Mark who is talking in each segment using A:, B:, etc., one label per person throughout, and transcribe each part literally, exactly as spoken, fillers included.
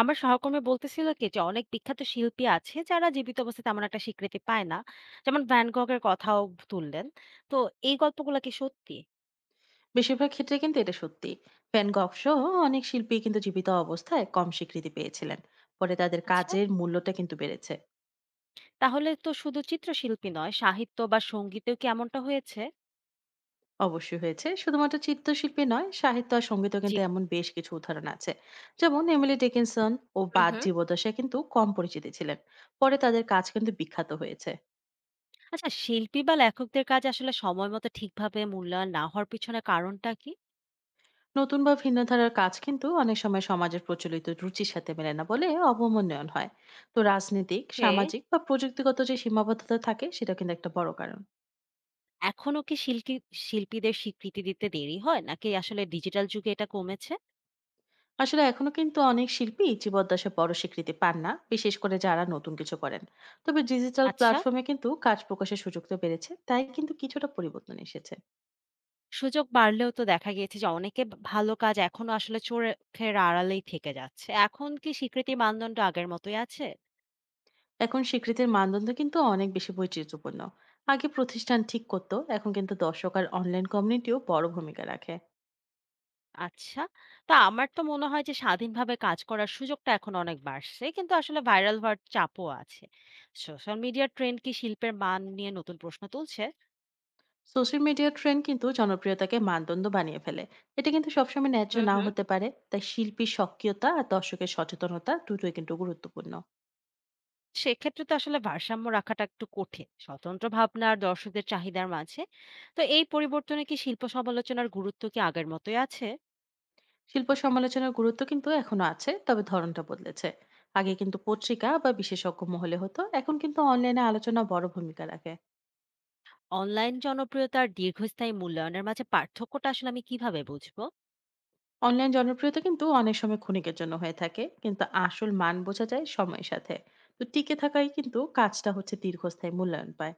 A: আমার সহকর্মী বলতেছিল কি যে অনেক বিখ্যাত শিল্পী আছে যারা জীবিত অবস্থায় তেমন একটা স্বীকৃতি পায় না, যেমন ভ্যান গগের কথাও তুললেন। তো এই গল্পগুলো কি সত্যি?
B: বেশিরভাগ ক্ষেত্রে কিন্তু এটা সত্যি। ভ্যান গঘ সহ অনেক শিল্পী কিন্তু জীবিত অবস্থায় কম স্বীকৃতি পেয়েছিলেন। পরে তাদের
A: আচ্ছা,
B: কাজের মূল্যটা কিন্তু বেড়েছে।
A: তাহলে তো শুধু চিত্রশিল্পী নয়, সাহিত্য বা সঙ্গীতেও কি এমনটা হয়েছে?
B: অবশ্যই হয়েছে, শুধুমাত্র চিত্রশিল্পী নয়, সাহিত্য আর সঙ্গীতও
A: জি।
B: কিন্তু এমন বেশ কিছু উদাহরণ আছে। যেমন এমিলি ডিকিনসন ও
A: হুম
B: বাদ
A: হুম।
B: জীবদশা কিন্তু কম পরিচিতি ছিলেন। পরে তাদের কাজ কিন্তু বিখ্যাত হয়েছে।
A: আচ্ছা, শিল্পী বা লেখকদের কাজ আসলে সময় মতো ঠিকভাবে মূল্যায়ন না হওয়ার পিছনে কারণটা কি?
B: নতুন বা ভিন্ন ধারার কাজ কিন্তু অনেক সময় সমাজের প্রচলিত রুচির সাথে মেলে না বলে অবমূল্যায়ন হয়। তো রাজনৈতিক,
A: কে?
B: সামাজিক বা প্রযুক্তিগত যে সীমাবদ্ধতা থাকে, সেটা কিন্তু একটা বড় কারণ।
A: এখনো কি শিল্পী শিল্পীদের স্বীকৃতি দিতে দেরি হয়, নাকি আসলে ডিজিটাল যুগে এটা কমেছে?
B: আসলে এখনো কিন্তু অনেক শিল্পী জীবদ্দশায় বড় স্বীকৃতি পান না, বিশেষ করে যারা নতুন কিছু করেন। তবে ডিজিটাল
A: আচ্ছা,
B: প্ল্যাটফর্মে কিন্তু কাজ প্রকাশের সুযোগটা বেড়েছে, তাই কিন্তু কিছুটা পরিবর্তন এসেছে।
A: সুযোগ বাড়লেও তো দেখা গিয়েছে যে অনেকে ভা ভালো কাজ এখনো আসলে চোখের আড়ালেই থেকে যাচ্ছে। এখন কি স্বীকৃতির মানদণ্ড আগের মতোই আছে?
B: এখন স্বীকৃতির মানদণ্ড কিন্তু অনেক বেশি বৈচিত্র্যপূর্ণ। আগে প্রতিষ্ঠান ঠিক করতো, এখন কিন্তু দর্শক আর অনলাইন কমিউনিটিও বড় ভূমিকা রাখে।
A: আচ্ছা। তো আমার তো মনে হয় যে স্বাধীনভাবে কাজ করার সুযোগটা এখন অনেক বাড়ছে। কিন্তু আসলে ভাইরাল হওয়ার চাপও আছে। সোশ্যাল মিডিয়ার ট্রেন্ড কি শিল্পের মান নিয়ে নতুন প্রশ্ন তুলছে?
B: সোশ্যাল মিডিয়ার ট্রেন্ড কিন্তু জনপ্রিয়তাকে মানদণ্ড বানিয়ে ফেলে। এটা কিন্তু সবসময় ন্যায্য
A: হুম
B: নাও
A: হুম।
B: হতে পারে, তাই শিল্পীর সক্রিয়তা আর দর্শকের সচেতনতা দুটোই কিন্তু গুরুত্বপূর্ণ।
A: সেক্ষেত্রে তো আসলে ভারসাম্য রাখাটা একটু কঠিন, স্বতন্ত্র ভাবনা আর দর্শকদের চাহিদার মাঝে। তো এই পরিবর্তনে কি শিল্প সমালোচনার গুরুত্ব কি আগের মতোই আছে?
B: শিল্প সমালোচনার গুরুত্ব কিন্তু এখনো আছে, তবে ধরনটা বদলেছে। আগে কিন্তু পত্রিকা বা বিশেষজ্ঞ মহলে হতো, এখন কিন্তু অনলাইনে আলোচনা বড় ভূমিকা রাখে।
A: অনলাইন জনপ্রিয়তা আর দীর্ঘস্থায়ী মূল্যায়নের মাঝে পার্থক্যটা আসলে আমি কিভাবে বুঝবো?
B: অনলাইন জনপ্রিয়তা কিন্তু অনেক সময় ক্ষণিকের জন্য হয়ে থাকে, কিন্তু আসল মান বোঝা যায় সময়ের সাথে। তো টিকে থাকাই কিন্তু কাজটা হচ্ছে দীর্ঘস্থায়ী মূল্যায়ন পায়।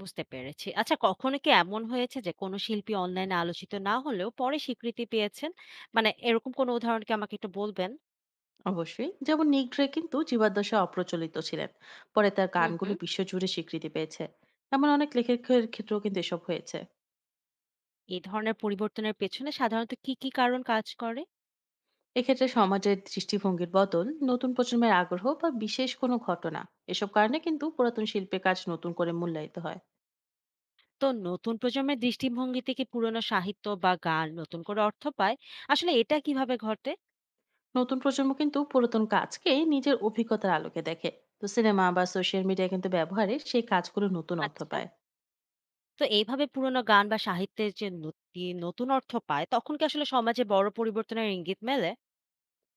A: বুঝতে পেরেছি। আচ্ছা, কখনো কি এমন হয়েছে যে কোনো শিল্পী অনলাইনে আলোচিত না হলেও পরে স্বীকৃতি পেয়েছেন? মানে এরকম কোনো উদাহরণ কি আমাকে একটু বলবেন?
B: অবশ্যই, যেমন নিগ্রে কিন্তু জীবাদশায় অপ্রচলিত ছিলেন। পরে তার
A: হুম
B: গানগুলো
A: হুম।
B: বিশ্বজুড়ে স্বীকৃতি পেয়েছে। এমন অনেক লেখকের ক্ষেত্রেও কিন্তু এসব হয়েছে।
A: এই ধরনের পরিবর্তনের পেছনে সাধারণত কি কি কারণ কাজ করে?
B: এক্ষেত্রে সমাজের দৃষ্টিভঙ্গির বদল, নতুন প্রজন্মের আগ্রহ বা বিশেষ কোনো ঘটনা, এসব কারণে কিন্তু পুরাতন শিল্পের কাজ নতুন করে মূল্যায়িত হয়।
A: তো নতুন প্রজন্মের দৃষ্টিভঙ্গিতে কি পুরনো সাহিত্য বা গান নতুন করে অর্থ পায়? আসলে এটা কিভাবে ঘটে?
B: নতুন প্রজন্ম কিন্তু পুরাতন কাজকে নিজের অভিজ্ঞতার আলোকে দেখে। তো সিনেমা বা সোশ্যাল মিডিয়া কিন্তু ব্যবহারে সেই কাজগুলো নতুন অর্থ
A: আচ্ছা,
B: পায়।
A: তো এইভাবে পুরনো গান বা সাহিত্যের যে নতি- নতুন অর্থ পায়, তখন কি আসলে সমাজে বড় পরিবর্তনের ইঙ্গিত মেলে?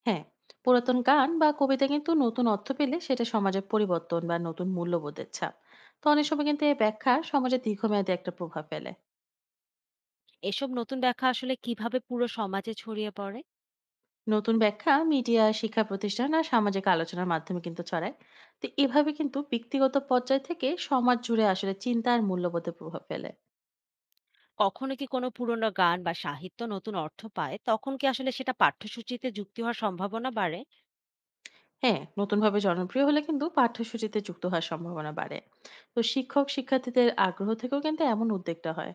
B: হ্যাঁ, পুরাতন গান বা কবিতা কিন্তু নতুন অর্থ পেলে সেটা সমাজের পরিবর্তন বা নতুন মূল্যবোধের ছাপ। তো অনেক সময় কিন্তু এই ব্যাখ্যা সমাজের দীর্ঘমেয়াদী একটা প্রভাব ফেলে।
A: এসব নতুন ব্যাখ্যা আসলে কিভাবে পুরো সমাজে ছড়িয়ে পড়ে?
B: নতুন ব্যাখ্যা মিডিয়া, শিক্ষা প্রতিষ্ঠান আর সামাজিক আলোচনার মাধ্যমে কিন্তু ছড়ায়। তো এভাবে কিন্তু ব্যক্তিগত পর্যায় থেকে সমাজ জুড়ে আসলে চিন্তা আর মূল্যবোধের প্রভাব ফেলে।
A: কখনো কি কোনো পুরনো গান বা সাহিত্য নতুন অর্থ পায়, তখন কি আসলে সেটা পাঠ্যসূচিতে যুক্তি হওয়ার সম্ভাবনা বাড়ে?
B: হ্যাঁ, নতুনভাবে জনপ্রিয় হলে কিন্তু পাঠ্যসূচিতে যুক্ত হওয়ার সম্ভাবনা বাড়ে। তো শিক্ষক শিক্ষার্থীদের আগ্রহ থেকেও কিন্তু এমন উদ্যোগটা হয়।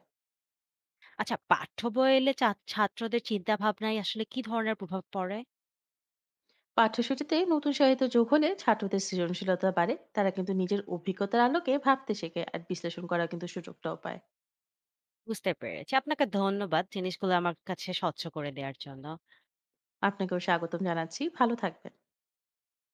A: আচ্ছা, পাঠ্য বই এলে চা- ছাত্রদের চিন্তা ভাবনায় আসলে কি ধরনের প্রভাব পড়ে?
B: পাঠ্যসূচিতে নতুন সাহিত্য যোগ হলে ছাত্রদের সৃজনশীলতা বাড়ে, তারা কিন্তু নিজের অভিজ্ঞতার আলোকে ভাবতে শেখে আর বিশ্লেষণ করার কিন্তু সুযোগটাও পায়।
A: বুঝতে পেরেছি, আপনাকে ধন্যবাদ জিনিসগুলো আমার কাছে স্বচ্ছ করে দেওয়ার জন্য।
B: আপনাকেও স্বাগতম জানাচ্ছি, ভালো থাকবেন।